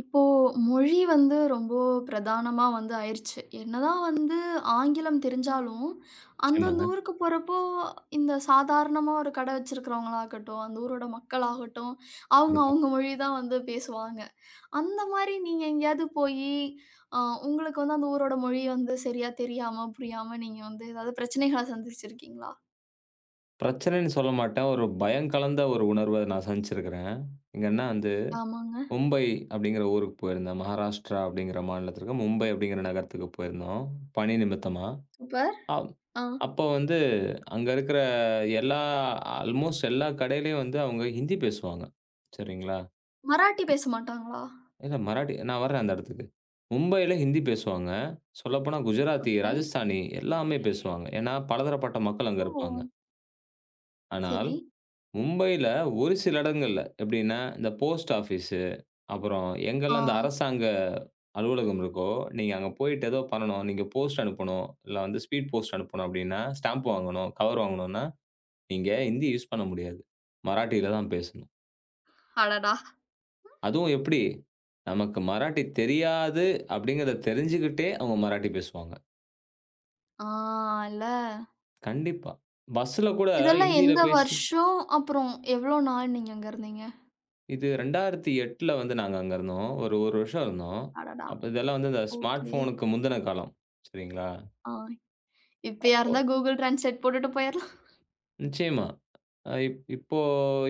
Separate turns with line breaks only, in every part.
இப்போ மொழி வந்து ரொம்ப பிரதானமா வந்து ஆயிருச்சு. என்னதான் வந்து ஆங்கிலம் தெரிஞ்சாலும், அந்தந்த
நிச்சயமாங்க.
ஊருக்கு போறப்போ, இந்த சாதாரணமா ஒரு கடை வச்சிருக்கிறவங்களாகட்டும், அந்த ஊரோட மக்களாகட்டும், அவங்க
கண்டிப்பா.
அவங்க மொழி தான் வந்து பேசுவாங்க. அந்த மாரி நீங்க எங்கேயாவது போயி, அ உங்களுக்கு வந்து அந்த ஊரோட மொழி வந்து சரியா தெரியாம, புரியாம நீங்க வந்து ஏதாவது பிரச்சனைகள சந்திச்சிருக்கீங்களா?
பிரச்சனைன்னு சொல்ல மாட்டேன். ஒரு பயம் கலந்த ஒரு உணர்வ நான் சந்திச்சிருக்கிறேன். எங்கன்னா வந்து
ஆமாங்க.
மும்பை அப்படிங்கிற ஊருக்கு போயிருந்தேன். மகாராஷ்டிரா அப்படிங்கிற மாநிலத்திற்கு மும்பை அப்படிங்கிற நகரத்துக்கு போயிருந்தோம். பணி நிமித்தமா.
சூப்பர்.
அப்
ஆ.
அப்போ வந்து அங்க இருக்கிற எல்லா ஆல்மோஸ்ட் எல்லா கடையிலயும் வந்து அவங்க ஹிந்தி பேசுவாங்க. சரிங்களா?
மராட்டி பேச மாட்டாங்களா?
இல்ல மராட்டி நான் வர்றேன் அந்த இடத்துக்கு. மும்பையில ஹிந்தி பேசுவாங்க. சொல்லப்போனா குஜராத்தி,
ஓகே.
ராஜஸ்தானி எல்லாமே பேசுவாங்க. ஏன்னா பலதரப்பட்ட மக்கள் அங்க
ஓ!
இருப்பாங்க. ஆனால்
சரி.
மும்பையில ஒரு சில இடங்கள்ல. எப்படின்னா, இந்த போஸ்ட் ஆஃபீஸு, அப்புறம்
ஆ.
எங்கெல்லாம் இந்த அரசாங்க அலுவலகம் இருக்கோ, நீங்க அங்க போயிட்டு ஏதோ பண்ணணும். நீங்க போஸ்ட் அனுப்பணும், இல்ல வந்து ஸ்பீட் போஸ்ட் அனுப்பணும் அப்படின்னா, ஸ்டாம்ப் வாங்கணும், கவர் வாங்கணும்னா, நீங்க ஹிந்தி யூஸ் பண்ண முடியாது. மராட்டியில தான் பேசணும்.
அடடா!
அதுவும் எப்படி? நமக்கு மராட்டி தெரியாது அப்படிங்கிறத தெரிஞ்சுக்கிட்டே அவங்க மராட்டி பேசுவாங்க.
ஆ. இல்ல.
கண்டிப்பா. பஸ்ல கூட
இதெல்லாம்
ஹிந்தியில
எந்த
பேசி
வருஷம்? அப்புறம் எவ்ளோ நாள் நீங்க அங்க இருந்தீங்க?
இது 2008 வந்து நாங்க அங்க இருந்தோம். ஒரு 1 வருஷம் இருந்தோம்.
அடடா!
அப்ப இதெல்லாம் வந்து இந்த ஸ்மார்ட்
ஓகே.
ஃபோனுக்கு முந்தின காலம். சரிங்களா?
ஆ. இப்பயா
இப்போ
இருந்தா கூகுள் டிரான்ஸ்லேட் போட்டுட்டு போயிரலாம்.
நிச்சயமா. அ இப் இப்போ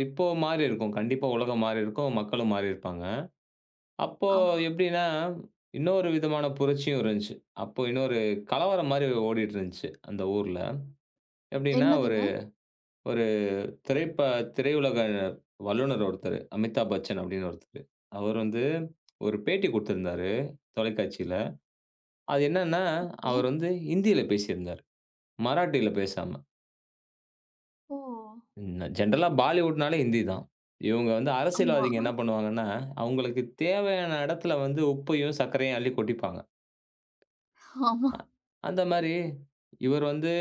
இப்போ மாறி இருக்கும். கண்டிப்பா உலகம் மாறி இருக்கும். மக்களும் மாறி இருப்பாங்க. அப்போ
ஆமா.
எப்படின்னா, இன்னொரு விதமான புரட்சியும் இருந்துச்சு. அப்போ இன்னொரு கலவரம் மாரி ஓடிட்டு இருந்துச்சு, அந்த ஊர்ல. எப்படின்னா, ஒரு
என்னதுங்க?
ஒரு திரைப்ப திரையுலக வல்லுனர் ஒருத்தரு. அமிதாப் பச்சன் அப்படின்னு ஒருத்தரு. அவர் வந்து ஒரு பேட்டி குடுத்திருந்தாரு தொலைக்காட்சியில. அது என்னன்னா,
ஏ.
அவர் வந்து ஹிந்தியில பேசியிருந்தாரு. மராட்டியில பேசாம.
ஓ!
ஜெனரலா பாலிவுட்னாலே ஹிந்தி தான். இவங்க வந்து
ஆமா,
அரசியல்வாதிங்க என்ன பண்ணுவாங்கன்னா, அவங்களுக்கு தேவையான இடத்துல வந்து உப்பையும், சர்க்கரையும் அள்ளி கொட்டிப்பாங்க.
ஆமா.
அ அந்த மாரி இவர் வந்து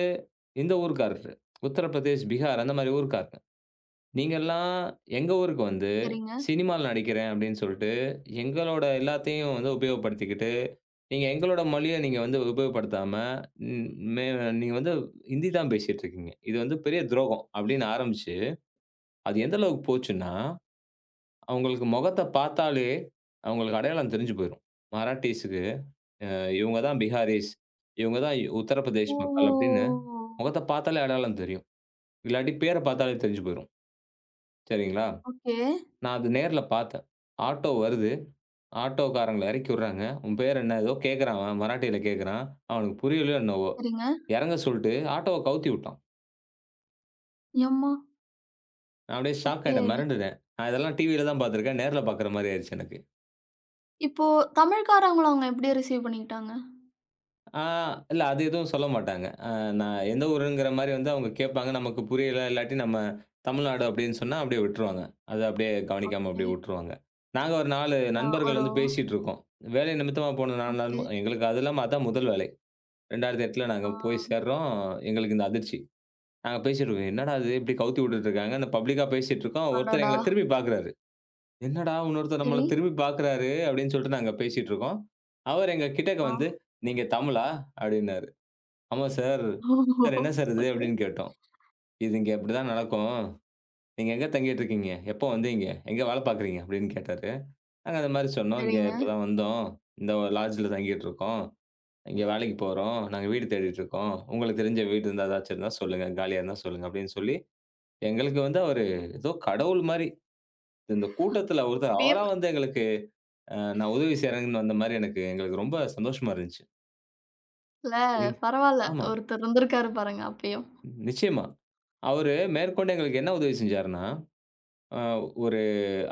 இந்த ஊர்க்காரரு. உத்தரப்பிரதேஷ், பீகார் அந்த மாரி ஊர்க்காரங்க. நீங்கலாம் எங்க ஊருக்கு வந்து
சரிங்க.
சினிமால நடிக்கிறேன் அப்படின்னு சொல்லிட்டு, எங்களோட எல்லாத்தையும் வந்து உபயோகப்படுத்திக்கிட்டு நீங்க எங்களோட மொழிய நீங்க வந்து உபயோகப்படுத்தாம, ம் மே நீங்க வந்து ஹிந்தி தான் பேசிட்டு இருக்கீங்க. இது வந்து பெரிய துரோகம் அப்படின்னு ஆரம்பிச்சு, அது எந்த அளவுக்கு போச்சுன்னா, அவங்களுக்கு முகத்த பார்த்தாலே அவங்களுக்கு அடையாளம் தெரிஞ்சு போயிரும். மராட்டீஸ்க்கு அ இவங்க தான் பிஹாரீஸ், இவங்க தான் உத்தரப்பிரதேஷ் மக்கள் அப்படின்னு
ஓ!
முகத்த பார்த்தாலே அடையாளம் தெரியும். இல்லாட்டி பேர பார்த்தாலே தெரிஞ்சு போயிரும். சரிங்களா?
ஓகே.
நான் அது நேர்ல பார்த்தேன். ஆட்டோ வருது. ஆட்டோக்காரங்கள இறக்கி விடுறாங்க. "உன் பேர் என்ன?" ஏதோ கேட்கறான் அவன். மராட்டியில கேட்கறான். அவனுக்கு புரியலையோ என்னவோ!
சரிங்க.
இறங்க சொல்ட்டு ஆட்டோவ கவுத்தி விட்டான்.
எம்மா!
நான் அப்படியே ஷாக்
ஓகே.
ஆயிட்டேன். மிரண்டுட்டேன். நான் இதெல்லாம் டிவியில தான் பார்த்துருக்கேன். நேர்ல பார்க்குற மாரி ஆயிருச்சு எனக்கு.
இப்போ தமிழ்காரவங்கள அவங்க எப்படி ரிசீவ் பண்ணிக்கிட்டாங்க?
ஆ இல்ல அது எதுவும் சொல்ல மாட்டாங்க. அ நான் எந்த ஊருங்கிற மாரி வந்து அவங்க கேட்பாங்க. நமக்கு புரியல. இல்லாட்டி நம்ம தமிழ்நாடு அப்படின்னு சொன்னா அப்படியே விட்டுருவாங்க. அத அப்படியே கவனிக்காம
ஓகே.
அப்படியே விட்டுருவாங்க. நாங்க ஒரு 4 நண்பர்கள்
ஒரு.
வந்து பேசிட்டு இருக்கோம். வேலை நிமித்தமா போன 4
ஓகே.
நண்ப எங்களுக்கு அது இல்லாம அதான் முதல் வேலை. 2008
ஆ.
நாங்க போய் சேர்றோம். எங்களுக்கு இந்த அதிர்ச்சி. நாங்க பேசிட்டு இருக்கோம். என்னடா இது இப்படி கவுத்தி விட்டுட்டு இருக்காங்க. இந்த பப்ளிக்கா பேசிட்டு இருக்கோம். ஒருத்தர்
அடடா!
எங்கள திரும்பி பார்க்குறாரு. என்னடா இன்னொருத்தர் நம்மள
சரி.
திரும்பி பார்க்குறாரு அப்படின்னு சொல்லிட்டு நாங்க பேசிட்டு இருக்கோம். அவர் எங்க கிட்டக்க
ஆ.
வந்து, "நீங்க தமிழா?" அப்படின்னாரு. "ஆமா சார்."
ஓ!
"சார் என்ன சார் இது?"
ஓகே.
அப்படின்னு கேட்டோம். "இது இங்க இப்படிதான் நடக்கும். நீங்க எங்க தங்கிட்டு இருக்கீங்க? எப்போ வந்தீங்க? எங்க வேலை பார்க்குறீங்க?" அப்படின்னு கேட்டாரு. நாங்க அந்த மாரி சொன்னோம். "இங்க
சரிங்க.
இப்பதான் வந்தோம். இந்த ஒரு லாட்ஜ்ல தங்கிட்டு இருக்கோம். இங்க வேலைக்கு போறோம். நாங்க வீடு தேடிட்டு இருக்கோம். உங்களுக்கு தெரிஞ்ச வீடு இருந்தா ஏதாச்சும் இருந்தா சொல்லுங்க. காலியா இருந்தா சொல்லுங்க." அப்படின்னு சொல்லி எங்களுக்கு வந்து அவரு ஏதோ கடவுள் மாரி, இந்த கூட்டத்துல ஒருத்தர் அவரா
திடீர்.
வந்து எங்களுக்கு அ நான் உதவி செய்றேங்கன்னு வந்த மாரி எங்களுக்கு ரொம்ப சந்தோஷமா இருந்துச்சு.
இல்ல,
இன்
பரவால்ல.
ஆமா.
ஒருத்தர் இருந்திருக்காரு பாருங்க அப்பயும்.
நிச்சயமா. அவரு மேற்கொண்டு எங்களுக்கு என்ன உதவி செஞ்சாருன்னா, அ ஒரு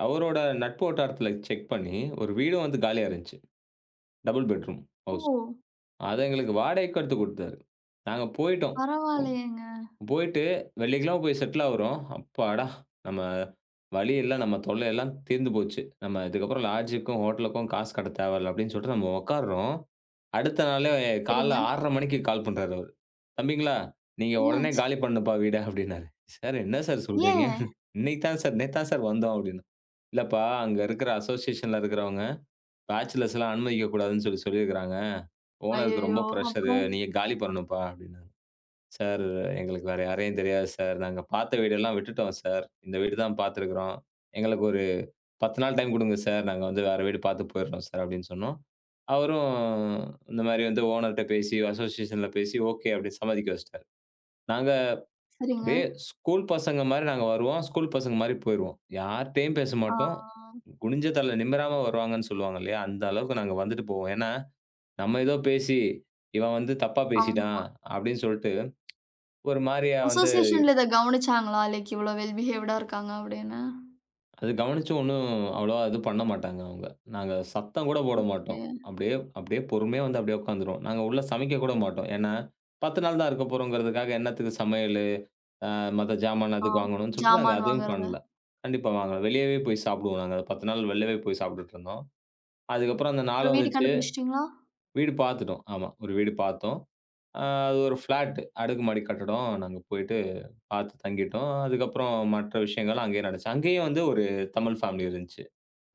அவரோட நட்பு வட்டாரத்துல செக் பண்ணி, ஒரு வீடும் வந்து காலியா இருந்துச்சு. டபுள் பெட்ரூம்
ஓ!
ஹவுஸ். அத எங்களுக்கு வாடகைக்கு எடுத்து குடுத்தாரு. நாங்க போயிட்டோம்.
பரவாயில்லையேங்க.
போயிட்டு வெள்ளிக்கிழமை போய் செட்டில் ஆகுறோம். அப்பாடா! நம்ம வலி எல்லாம் நம்ம தொல்லை எல்லாம் தீர்ந்து போச்சு. நம்ம இதுக்கப்புறம் லாட்ஜுக்கும், ஹோட்டலுக்கும் காசு கட்ட தேவையில்ல அப்படின்னு சொல்லிட்டு நம்ம உட்காருறோம். அடுத்த நாளே காலைல
சரிங்க.
6:30 மணிக்கு கால் பண்றாரு அவரு. "தம்பிங்களா, நீங்க உடனே
என்னாச்சு?
காலி பண்ணணும்ப்பா வீட" அப்படின்னாரு. "சார் என்ன சார் சொல்றீங்க?
ஏன்?
இன்னைக்கு தான் சார் நேத்து தான் சார் வந்தோம்" அப்படின்னோம். "இல்லப்பா அங்க இருக்கிற அசோசியேஷன்ல இருக்கிறவங்க பேச்சுலர்ஸ்லாம் அனுமதிக்கக் கூடாதுன்னு சொல்லி சொல்லியிருக்காங்க. ஓனருக்கு ரொம்ப
அய்யய்யோ!
பிரஷரு.
அப்புறம்?
நீங்க காலி பண்ணணும்ப்பா" அப்படின்னாரு. சார் எங்களுக்கு வேற யாரையும் தெரியாது சார். நாங்க பார்த்த வீடெல்லாம் விட்டுட்டோம் சார். இந்த வீடு தான் பார்த்துருக்குறோம். எங்களுக்கு ஒரு 10 நாள் டைம் குடுங்க சார். நாங்க வந்து வேற வீடு பார்த்து போயிடுறோம் சார் அப்படின்னு சொன்னோம். அவரும் இந்த மாரி வந்து ஓனர்ட்ட பேசி, அசோசியேஷன்ல பேசி ஓகே அப்படின்னு சம்மதிக்க வச்சுட்டாரு. நாங்க
சரிங்க.
அப்படியே ஸ்கூல் பசங்க மாரி நாங்க வருவோம். ஸ்கூல் பசங்க மாரி போயிருவோம். யார்ட்டயும் பேச
ஆ,
மாட்டோம். குனிஞ்ச தலை நிமிராம வருவாங்கன்னு சொல்லுவாங்க இல்லையா? அந்த அளவுக்கு நாங்க வந்துட்டு போவோம். ஏன்னா, நம்ம ஏதோ பேசி இவன் வந்து தப்பா பேசிட்டான்
ஆமா.
அப்படின்னு சொல்லிட்டு ஒரு மாரியா வந்து
அசோசியேஷன்ல இத கவனிச்சாங்களா? லைக் இவ்ளோ வெல் பிஹேவ்டா இருக்காங்க அப்படின்னு.
அது கவனிச்சு ஒண்ணும் அவ்வளவா இது பண்ண மாட்டாங்க அவங்க. நாங்க சத்தம் கூட போட
ஓகே.
மாட்டோம். அப்படியே அப்படியே பொறுமையா வந்து அப்படியே உட்காந்துருவோம். நாங்க உள்ள சமைக்க கூட மாட்டோம். ஏன்னா, 10 நாள் தான் இருக்க போறோம்ங்கிறதுக்காக என்னத்துக்கு சமையலு, அ மத்த ஜாமான் அதுக்கு
ஆம்.
வாங்கணும்னு சொல்லிட்டு நாங்க
ஜாமான்
அதையும்
வாங்குறத.
பண்ணல. கண்டிப்பா வாங்கல. வெளியவே போய் சாப்பிடுவோம் நாங்க. 10 நாள் வெளிலவே போய் சாப்பிட்டுட்டு இருந்தோம். அதுக்கப்புறம் அந்த
அப்புறம்
நாளும்
வீடு
வந்துச்சு.
கண்டுபிடிச்சிட்டீங்களா?
வீடு பார்த்துட்டோம். ஆமா. ஒரு வீடு பார்த்தோம். அ அது ஒரு ஃப்ளாட் அடுக்குமாடி கட்டடம். நாங்க போயிட்டு பார்த்து தங்கிட்டோம். அதுக்கப்புறம் மற்ற விஷயங்கள் அங்கேயே நடந்துச்சு. அங்கேயும் வந்து ஒரு தமிழ் ஃபேமிலி இருந்துச்சு.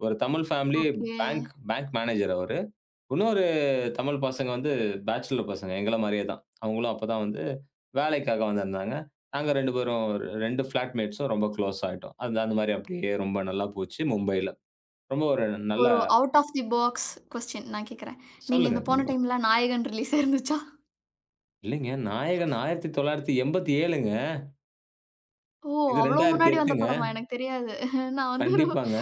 ஒரு Tamil family
okay.
Bank bank manager அவரு. இன்னொரு தமிழ் பசங்க வந்து பேச்சுலர் பசங்க. எங்கள மாரியே தான். அவங்களும் அப்பதான் வந்து வேலைக்காக வந்திருந்தாங்க. நாங்க 2 பேரும் 2 ஃபிளாட் மேட்ஸும் ரொம்ப க்ளோஸ் ஆயிட்டோம். அது அந்த மாரி அப்படியே ரொம்ப நல்லா போச்சு மும்பைல. ரொம்ப ஒரு நல்ல
ஒரு out of the box question நான் கேட்கிறேன். நீங்க
சொல்லுங்க.
இந்த போன
கண்டிப்பா.
டைம்ல நாயகன் ரிலீஸ் இருந்துச்சா?
இல்லைங்க. நாயகன் 1987ங்க.
ஓ!
இது
அவ்ளோ முன்னாடி வந்த
2008ங்க.
படமா? எனக்கு தெரியாது. நான் வந்து ஒரு
கண்டிப்பாங்க,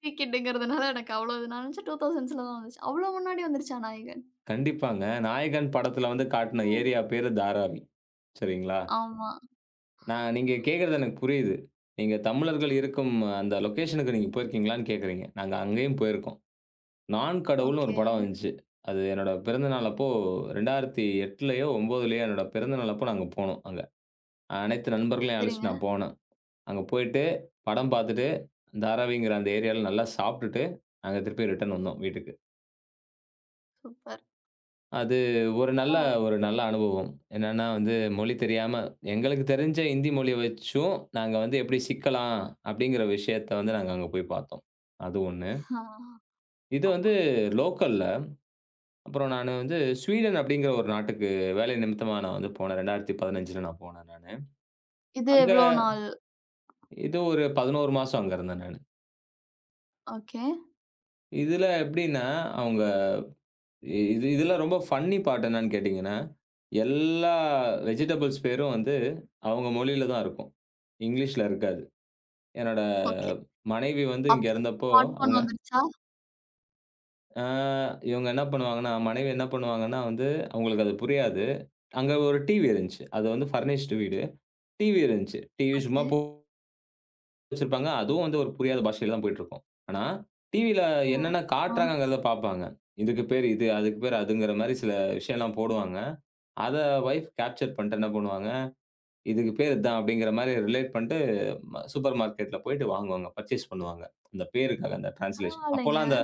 த்ரீ கிட்டுங்கிறதுனால எனக்கு அவ்ளோ இது, நான் நினைச்சேன் 2000ஸ்ல தான் வந்துச்சு. அவ்ளோ முன்னாடி வந்துருச்சா நாயகன்?
கண்டிப்பாங்க. நாயகன் படத்துல வந்து காட்டுன ஏரியா
ம்.
பேரு தாராவி. சரிங்களா?
ஆமா.
நான் நீங்க கேட்கிறது எனக்கு புரியுது. நீங்க தமிழர்கள் இருக்கும் அந்த லொக்கேஷனுக்கு நீங்க போயிருக்கீங்களான்னு கேட்கிறீங்க. நாங்க அங்கேயும் போயிருக்கோம். "நான் கடவுள்ன்னு" ஒரு
ஓகே.
படம் வந்துச்சு. அது என்னோட பிறந்த நாள் அப்போ 2008லயோ, 2009லயோ என்னோட பிறந்த நாள் அப்போ நாங்க போனோம் அங்க. அனைத்து நண்பர்களையும் அழைச்சுட்டு
சரிங்க.
நான் போனேன். அங்க போயிட்டு, படம் பார்த்துட்டு, தாராவிங்கிற அந்த ஏரியால நல்லா சாப்பிட்டுட்டு, நாங்க திருப்பி ரிட்டர்ன் வந்தோம் வீட்டுக்கு.
சூப்பர்.
அது ஒரு நல்ல ஒரு நல்ல அனுபவம். என்னன்னா வந்து, மொழி தெரியாம எங்களுக்கு தெரிஞ்ச இந்தி மொழிய வச்சும், நாங்க வந்து எப்படி சிக்கலாம் அப்படிங்கிற விஷயத்த வந்து நாங்க அங்க போய் பார்த்தோம். அது ஒண்ணு.
ஆ.
இது
ஆமா.
வந்து லோக்கல்ல. அப்புறம் நானு வந்து ஸ்வீடன் அப்படிங்கிற ஒரு நாட்டுக்கு வேலை நிமித்தமா நான் வந்து போனேன். 2015ல நான் போனேன் நானு.
இது
அங்க
எவ்ளோ நாள்?
இது ஒரு 11 மாசம் அங்க இருந்தேன் நானு.
ஓகே.
இதுல எப்படின்னா, அவங்க இது இதுல ரொம்ப ஃபன்னி பார்ட் என்னன்னு கேட்டீங்கன்னா, எல்லா வெஜிடபிள்ஸ் பேரும் வந்து அவங்க மொழியில தான் இருக்கும். இங்கிலீஷ்ல இருக்காது. என்னோட
ஓகே.
மனைவி வந்து இங்க
அப்பயும்
இருந்தப்போ,
ஸ்மார்ட் ஃபோன்
அவங்க
வந்துருச்சா?
ஆ இவங்க என்ன பண்ணுவாங்கன்னா, மனைவி என்ன பண்ணுவாங்கன்னா வந்து, அவங்களுக்கு அது புரியாது. அங்க ஒரு டிவி இருந்துச்சு. அது வந்து ஃபர்னிஷ்டு வீடு. டிவி இருந்துச்சு. டிவி சும்மா
ஓகே.
வச்சிருப்பாங்க. அதுவும் வந்து ஒரு புரியாத பாஷையில தான் போயிட்டுருக்கும். ஆனா, டிவில
ஓ!
என்னென்ன
ஆ.
காட்டுறாங்கங்கிறத பார்ப்பாங்க. இதுக்கு பேரு இது, அதுக்கு பேரு அதுங்கிற மாரி சில விஷயம்லாம் போடுவாங்க. அத வைஃப் கேப்சர் பண்ணிட்டு என்ன பண்ணுவாங்க, இதுக்கு பேரு இதான் அப்படிங்கிற மாரி ரிலேட் பண்ணிட்டு சூப்பர் மார்க்கெட்ல போயிட்டு வாங்குவாங்க. பர்ச்சேஸ் பண்ணுவாங்க. அந்த பேருக்காக அந்த டிரான்ஸ்லேஷன்.
பரவாயில்லைங்க.
அப்போலாம் அந்த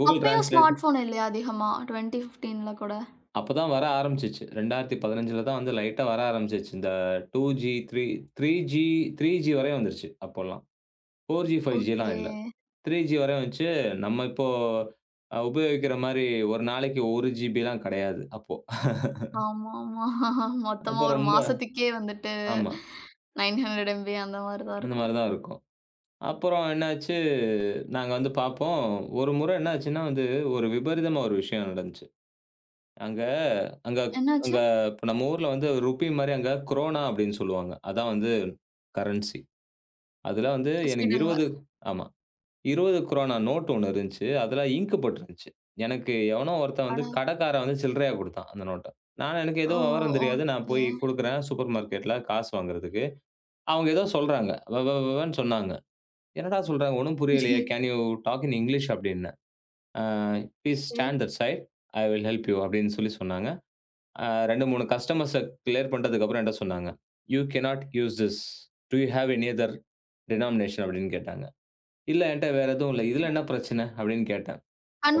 Google
அப்பயும்
Translate
ஸ்மார்ட் ஃபோன் இல்லையா அதிகமா? 2015ல கூட?
அப்பதான் வர ஆரம்பிச்சுச்சு. 2015ல தான் வந்து லைட்டா வர ஆரம்பிச்சுச்சு. இந்த 2G, 3 3G 3G வரையும் வந்துருச்சு அப்போலாம். 4G,
okay.
5Gலாம் இல்ல. 3G வர வந்துச்சு. நம்ம இப்போ அ உபயோகிக்கிற மாரி ஒரு நாளைக்கு 1 ஜிபிலாம் கிடையாது அப்போ.
ஆமாமா. மொத்தமா
அப்போ
ஒரு
ரொம்ப
மாசத்துக்கே வந்துட்டு
ஆமா.
900 MB எம்பி அந்த மாரி தான்
அந்த
இருக்கும்.
மாரி தான் இருக்கும். அப்புறம் என்னாச்சு, நாங்க வந்து பார்ப்போம். ஒரு முறை என்னாச்சுன்னா வந்து, ஒரு விபரீதமா ஒரு விஷயம் நடந்துச்சு. அங்க அங்க
என்னாச்சு?
அங்க இப்ப நம்ம ஊர்ல வந்து ரூபி மாரி அங்க குரோனா அப்படின்னு சொல்லுவாங்க. அதான் வந்து கரன்சி. அதுல வந்து எனக்கு
ஸ்வீடன்ல.
20 ஆமா. ரூ. 20 நோட் ஒண்ணு இருந்துச்சு. அதுல இங்க் போட்டுருந்துச்சு. எனக்கு எவனோ ஒருத்தன் வந்து
அட!
கடைக்காரன் வந்து சில்லறையா குடுத்தான் அந்த நோட்ட. நான் எனக்கு
ஓ!
ஏதோ விவரம் தெரியாது. நான்
ஓகே.
போய் குடுக்குறேன் சூப்பர் மார்க்கெட்ல காசு வாங்குறதுக்கு. அவங்க ஏதோ சொல்றாங்க. வ வ வன்னு சொன்னாங்க. "என்னடா சொல்றாங்க? ஒண்ணும்
சரி.
புரியலையே. Can you talk in English?" அப்டின்னேன். "Uh "please
okay.
Stand that side. I will help you" அப்டின்னு சொல்லி சொன்னாங்க. அ 2, 3 கஸ்டமர்ஸ கிளியர் பண்றதுக்கு அப்புறம் என்ட்ட சொன்னாங்க. "You cannot use this. Do you have any other denomination?" அப்டின்னு கேட்டாங்க. "இல்ல என்ட்ட வேற எதுவும் இல்ல. இதுல என்ன பிரச்சனை?" அப்டின்னு கேட்டேன்.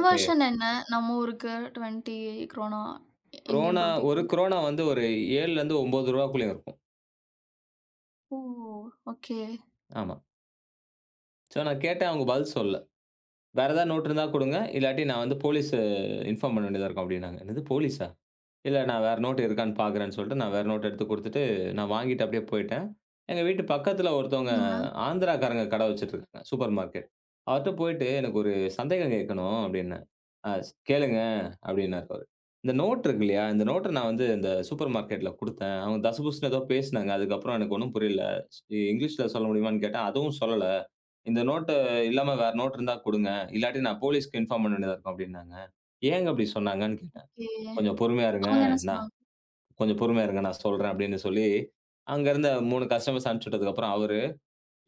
ஓகே.
என்ன? நம்ம ஊருக்கு 20 குரோனா இந்தியன்
குரோனா 1
ரூபிக்கு.
குரோனா வந்து ஒரு ரூ. 7லேருந்து ரூ. 9க்குள்ள இருக்கும்.
ஓ! ஓகே.
ஆமா. ஸோ நான் கேட்டேன். அவங்க பதில் சொல்லல. "வேற ஏதாவது நோட்டு இருந்தா குடுங்க. இல்லாட்டி நான் வந்து போலீஸ இன்ஃபார்ம் பண்ண வேண்டியதா இருக்கும்" அப்டின்னாங்க. "என்னது போலீஸா?" இல்ல நான் வேற நோட் இருக்கான்னு பார்க்குறேன்னு சொல்லிட்டு, நான் வேற நோட் எடுத்து குடுத்துட்டு, நான் வாங்கிட்டு அப்படியே போயிட்டேன். எங்க வீட்டு பக்கத்துல ஒருத்தவங்க
சரிங்க.
ஆந்திராக்காரங்க கடை வச்சுட்டுருக்காங்க, சூப்பர் மார்க்கெட். அவர்ட்ட போயிட்டு, "எனக்கு ஒரு சந்தேகம் கேட்கணும்" அப்படின்னேன். "ஆ ஸ் கேளுங்க" அப்படின்னாரு அவரு. இந்த நோட் இருக்கு இல்லையா, இந்த நோட்ட நான் வந்து இந்த சூப்பர் மார்க்கெட்ல குடுத்தேன். அவங்க தசபுசன்னு ஏதோ பேசினாங்க. அதுக்கப்புறம் எனக்கு ஒண்ணும் புரியல. ஸ் இங்கிலீஷ்ல சொல்ல முடியுமான்னு கேட்டேன், அதுவும் சொல்லல. "இந்த நோட்டு இல்லாம வேற நோட் இருந்தா குடுங்க. இல்லாட்டி நான் போலீஸ்க்கு இன்ஃபார்ம் பண்ண வேண்டியதா இருக்கும்" அப்படின்னாங்க. "ஏங்க அப்படி சொன்னாங்கன்னு" கேட்டேன்.
ஓகே.
கொஞ்சம் பொறுமையா இருங்க.
அவங்க என்ன
நான்
சொன்னாங்க?
கொஞ்சம் பொறுமையா இருங்க. நான் சொல்றேன் அப்படின்னு சொல்லி, அங்கருந்து 3 கஸ்டமர்ஸ் அனுப்பிச்சு விட்டதுக்கப்புறம் அவரு,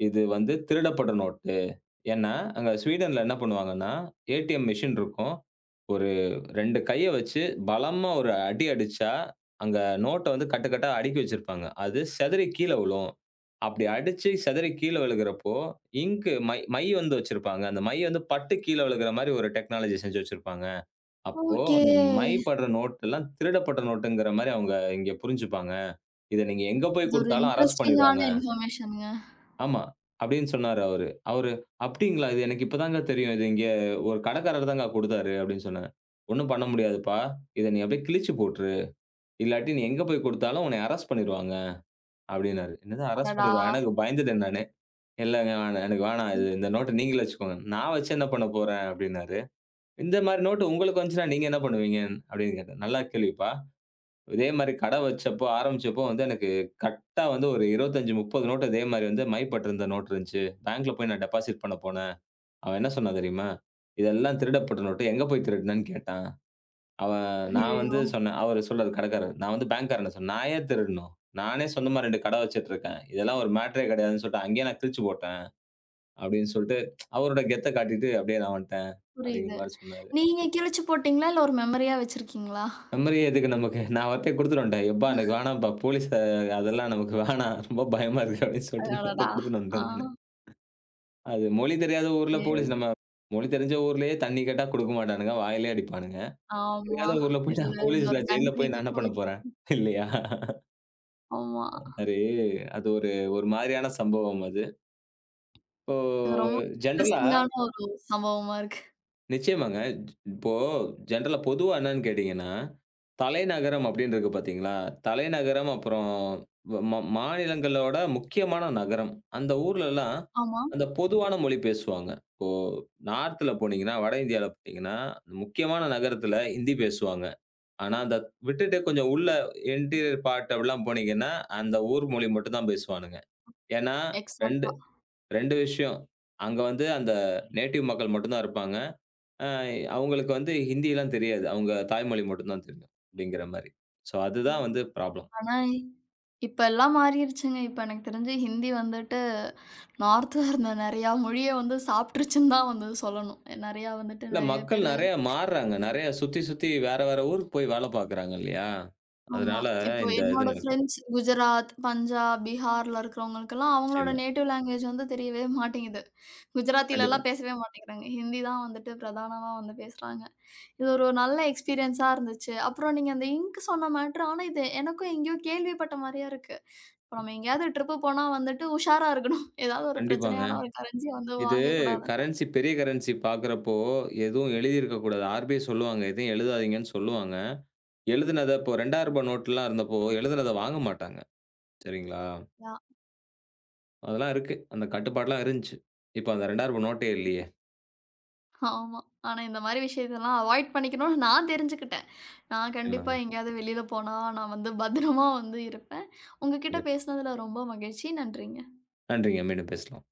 இது வந்து திருடப்பட்ட நோட்டு. ஏன்னா, அங்க ஸ்வீடன்ல என்ன பண்ணுவாங்கன்னா, ஏடிஎம் மெஷின் இருக்கும். ஒரு 2 கைய வச்சு பலமா ஒரு அடி அடிச்சா, அங்க நோட்ட வந்து கட்டு கட்டா அடுக்கி வச்சிருப்பாங்க. அது சிதறி கீழ விழும். அப்படி அடிச்சு சிதறி கீழ விழுகிறப்போ, இங்க் மை மை வந்து வச்சிருப்பாங்க. அந்த மை வந்து பட்டு கீழ விழுகிற மாரி ஒரு டெக்னாலஜி செஞ்சு வச்சிருப்பாங்க. அப்போ
ஓகே.
அந்த மை படுற நோட்டு எல்லாம் திருடப்பட்ட நோட்டுங்கிற மாரி அவங்க இங்க புரிஞ்சுப்பாங்க. இத நீங்க எங்க போய்
இது ஒரு
குடுத்தாலும் அரெஸ்ட் பண்ணிருவாங்க.
இன்ட்ரஸ்டிங்கான இன்ஃபர்மேஷன்ங்க.
ஆமா. அப்படின்னு சொன்னாரு அவரு. அவரு "அப்படிங்களா? இது எனக்கு இப்ப தாங்க தெரியும். இது இங்க ஒரு கடைக்காரர் தாங்க குடுத்தாரு" அப்படின்னு சொன்னேன். "ஒண்ணும் பண்ண முடியாதுப்பா. இத நீ அப்படியே கிழிச்சு போட்டுரு. இல்லாட்டி நீ எங்க போய் குடுத்தாலும் உன்னைய அரெஸ்ட் பண்ணிருவாங்க" அப்படின்னாரு. என்னது அரெஸ்ட்
அடடா!
பண்ணிருவாங்க? எனக்கு பயந்துட்டேன் நானு. "இல்லங்க வேணாம். எனக்கு வேணாம். இது
ம்.
இந்த நோட்ட நீங்களே வச்சுக்கோங்க." "நான் வச்சு என்ன பண்ண போறேன்?" அப்படின்னாரு. "இந்த மாரி நோட்டு உங்களுக்கு வந்துச்சுன்னா நீங்க என்ன பண்ணுவீங்க?" அப்படின்னு கேட்டேன். "நல்ல கேள்விப்பா. இதே மாரி கடை வச்சப்போ, ஆரம்பிச்சப்போ வந்து எனக்கு கரெக்ட்டா வந்து ஒரு 25, 30 நோட்டு இதே மாரி வந்து மைப்பட்டிருந்த நோட்டு இருந்துச்சு. பேங்க்ல போய் நான் டெபாசிட் பண்ண போனேன். அவன் என்ன சொன்னான் தெரியுமா? இதெல்லாம் திருடப்பட்ட நோட்டு. எங்க போய் திருடுனன்னு? கேட்டான். அவன் நான் வந்து
ஐயய்யோ!
சொன்னேன் அவரு சொல்றாரு கடைக்காரர். நான் வந்து பேங்க்காரன்ட்ட சொன்னேன். நான் ஏன் திருடணும்? நானே சொந்தமா 2 கடை வச்சுட்டுருக்கேன். இதெல்லாம் ஒரு மேட்டரே கிடையாதுன்னு சொல்லிட்டு அங்கேயே நான் கிழிச்சு போட்டேன்." அப்படின்னு சொல்லிட்டு அவரோட கெத்த காட்டிட்டு அப்படியே நான் வந்துட்டேன் அப்படிங்கிற
புரியுது.
மாரி சொன்னாரு.
நீங்க கிழிச்சு போட்டீங்களா? இல்ல ஒரு மெமரியா வச்சிருக்கீங்களா?
மெமரி எதுக்கு நமக்கு? நான் அவர்ட்டயே குடுத்துட்டு வந்துட்டேன். "எப்பா எனக்கு வேணாம்ப்பா, போலீஸ் அதெல்லாம் நமக்கு வேணாம். ரொம்ப பயமா இருக்கு" அப்படின்னு சொல்லிட்டு நான் அவர்ட்ட
அடடா!
குடுத்துட்டு
ஆ.
வந்துட்டேன் நானு. அது மொழி தெரியாத ஊர்ல போலீஸ்
சரி.
நம்ம மொழி தெரிஞ்ச ஊர்லயே தண்ணி கேட்டா குடுக்க மாட்டானுங்க, வாயிலேயே அடிப்பானுங்க.
ஆமா.
தெரியாத ஊர்ல போய்ட்டு
இதுல
நான் போலீஸ்ல
இன்னொரு
ஜெயில்ல போய் நான்
கண்ட்ரிக்கு
என்ன பண்ண
போய்.
போறேன்? இல்லையா?
ஆமா.
அது அது ஒரு ஒரு மாதிரியான சம்பவம் அது. இப்போ
இது ரொம்ப
ஜென்ரலா
இன்ட்ரஸ்டிங்கான ஒரு சம்பவமா இருக்கு.
நிச்சயமாங்க. இப்போ ஜென்ரலா பொதுவா என்னன்னு கேட்டீங்கன்னா, தலைநகரம் அப்படின்னு இருக்கு பார்த்தீங்களா? தலைநகரம் அப்புறம் வ ம மாநிலங்களோட முக்கியமான நகரம். அந்த ஊர்லலாம்
ஆமா,
அந்த பொதுவான மொழி பேசுவாங்க. இப்போ நார்த்ல போனீங்கன்னா, வட இந்தியால போனீங்கன்னா, அந்த முக்கியமான நகரத்துல ஹிந்தி பேசுவாங்க. ஆனா, அந்த விட்டுட்டு கொஞ்சம் உள்ள இன்டீரியர் பார்ட் அப்படிலாம் போனீங்கன்னா, அந்த ஊர் மொழி மட்டும் தான் பேசுவானுங்க. ஏன்னா 2,
எக்ஸாக்ட்டா.
2 விஷயம். அங்க வந்து அந்த நேட்டிவ் மக்கள் மட்டும் தான் இருப்பாங்க. அ அவங்களுக்கு வந்து ஹிந்திலாம் தெரியாது. அவங்க தாய்மொழி மட்டும் தான் தெரியும். அப்படிங்கிற மாரி. ஸோ அதுதான்
ஆமா.
வந்து ப்ராப்ளம்.
ஆனா இப்ப எல்லாம் மாறிருச்சுங்க. இப்ப எனக்கு தெரிஞ்சு ஹிந்தி வந்துட்டு நார்த்ல இருந்த நெறையா மொழிய வந்து சாப்பிட்டுருச்சுன்னு தான் வந்து சொல்லணும். நெறையா வந்துட்டு
இல்ல
நெறைய
மக்கள்
பேரு.
நெறைய மாறுறாங்க. நெறைய சுத்தி, சுத்தி வேற, வேற ஊருக்கு போய் வேல பார்க்குறாங்க இல்லையா?
ஆமா.
அதனால
இப்போ
இந்த இது
என்னோட
நடக்கும்.
ஃப்ரெண்ட்ஸ் குஜராத், பஞ்சாப், பீகார்ல இருக்கிறவங்களுக்கெல்லாம் அவங்களோட
நிச்சயமா.
நேட்டிவ் லாங்குவேஜ் வந்து தெரியவே மாட்டேங்குது.
கண்டிப்பா.
குஜராத்திலலாம் பேசவே மாட்டேங்கிறாங்க. ஹிந்தி தான் வந்துட்டு பிரதானமா வந்து பேசுறாங்க. இது ஒரு நல்ல எக்ஸ்பீரியன்ஸா இருந்துச்சு. அப்புறம் நீங்க அந்த இங்க் சொன்ன மேட்டர், ஆனா இது எனக்கும் எங்கேயோ கேள்விப்பட்ட மாரியா இருக்கு. இப்ப நம்ம எங்கேயாவது ட்ரிப்பு போனா வந்துட்டு உஷாரா இருக்கணும். ஏதாவது ஒரு
கண்டிப்பாங்க.
பிரச்சனையான ஒரு கரன்சிய வந்து
இது
வாங்கக்கூடாதுன்னு.
கரன்சி பெரிய கரன்சி பார்க்குறப்போ எதுவும் எழுதியிருக்கக்கூடாது. ஆர்பிஐ சொல்லுவாங்க. எதையும் எழுதாதீங்கன்னு சொல்லுவாங்க. எழுதுனத இப்போ ரூ. 2,000 நோட்லாம் இருந்தப்போ எழுதுனத வாங்க மாட்டாங்க. சரிங்களா?
யா.
அதெல்லாம் இருக்கு. அந்த கட்டுப்பாடுலாம் இருந்துச்சு. இப்ப அந்த ரூ. 2,000 நோட்டே இல்லையே.
ஆமா. ஆனா இந்த மாரி விஷயத்தெல்லாம் அவாய்ட் பண்ணிக்கணும்னு நான் தெரிஞ்சுக்கிட்டேன். நான் கண்டிப்பா
நிச்சயமாங்க.
எங்கேயாவது வெளியில போனா நான் வந்து பத்திரமா வந்து இருப்பேன். உங்க கிட்ட பேசினதுல ரொம்ப மகிழ்ச்சி. நன்றிங்க.
நன்றிங்க. மீண்டும் பேசலாம்.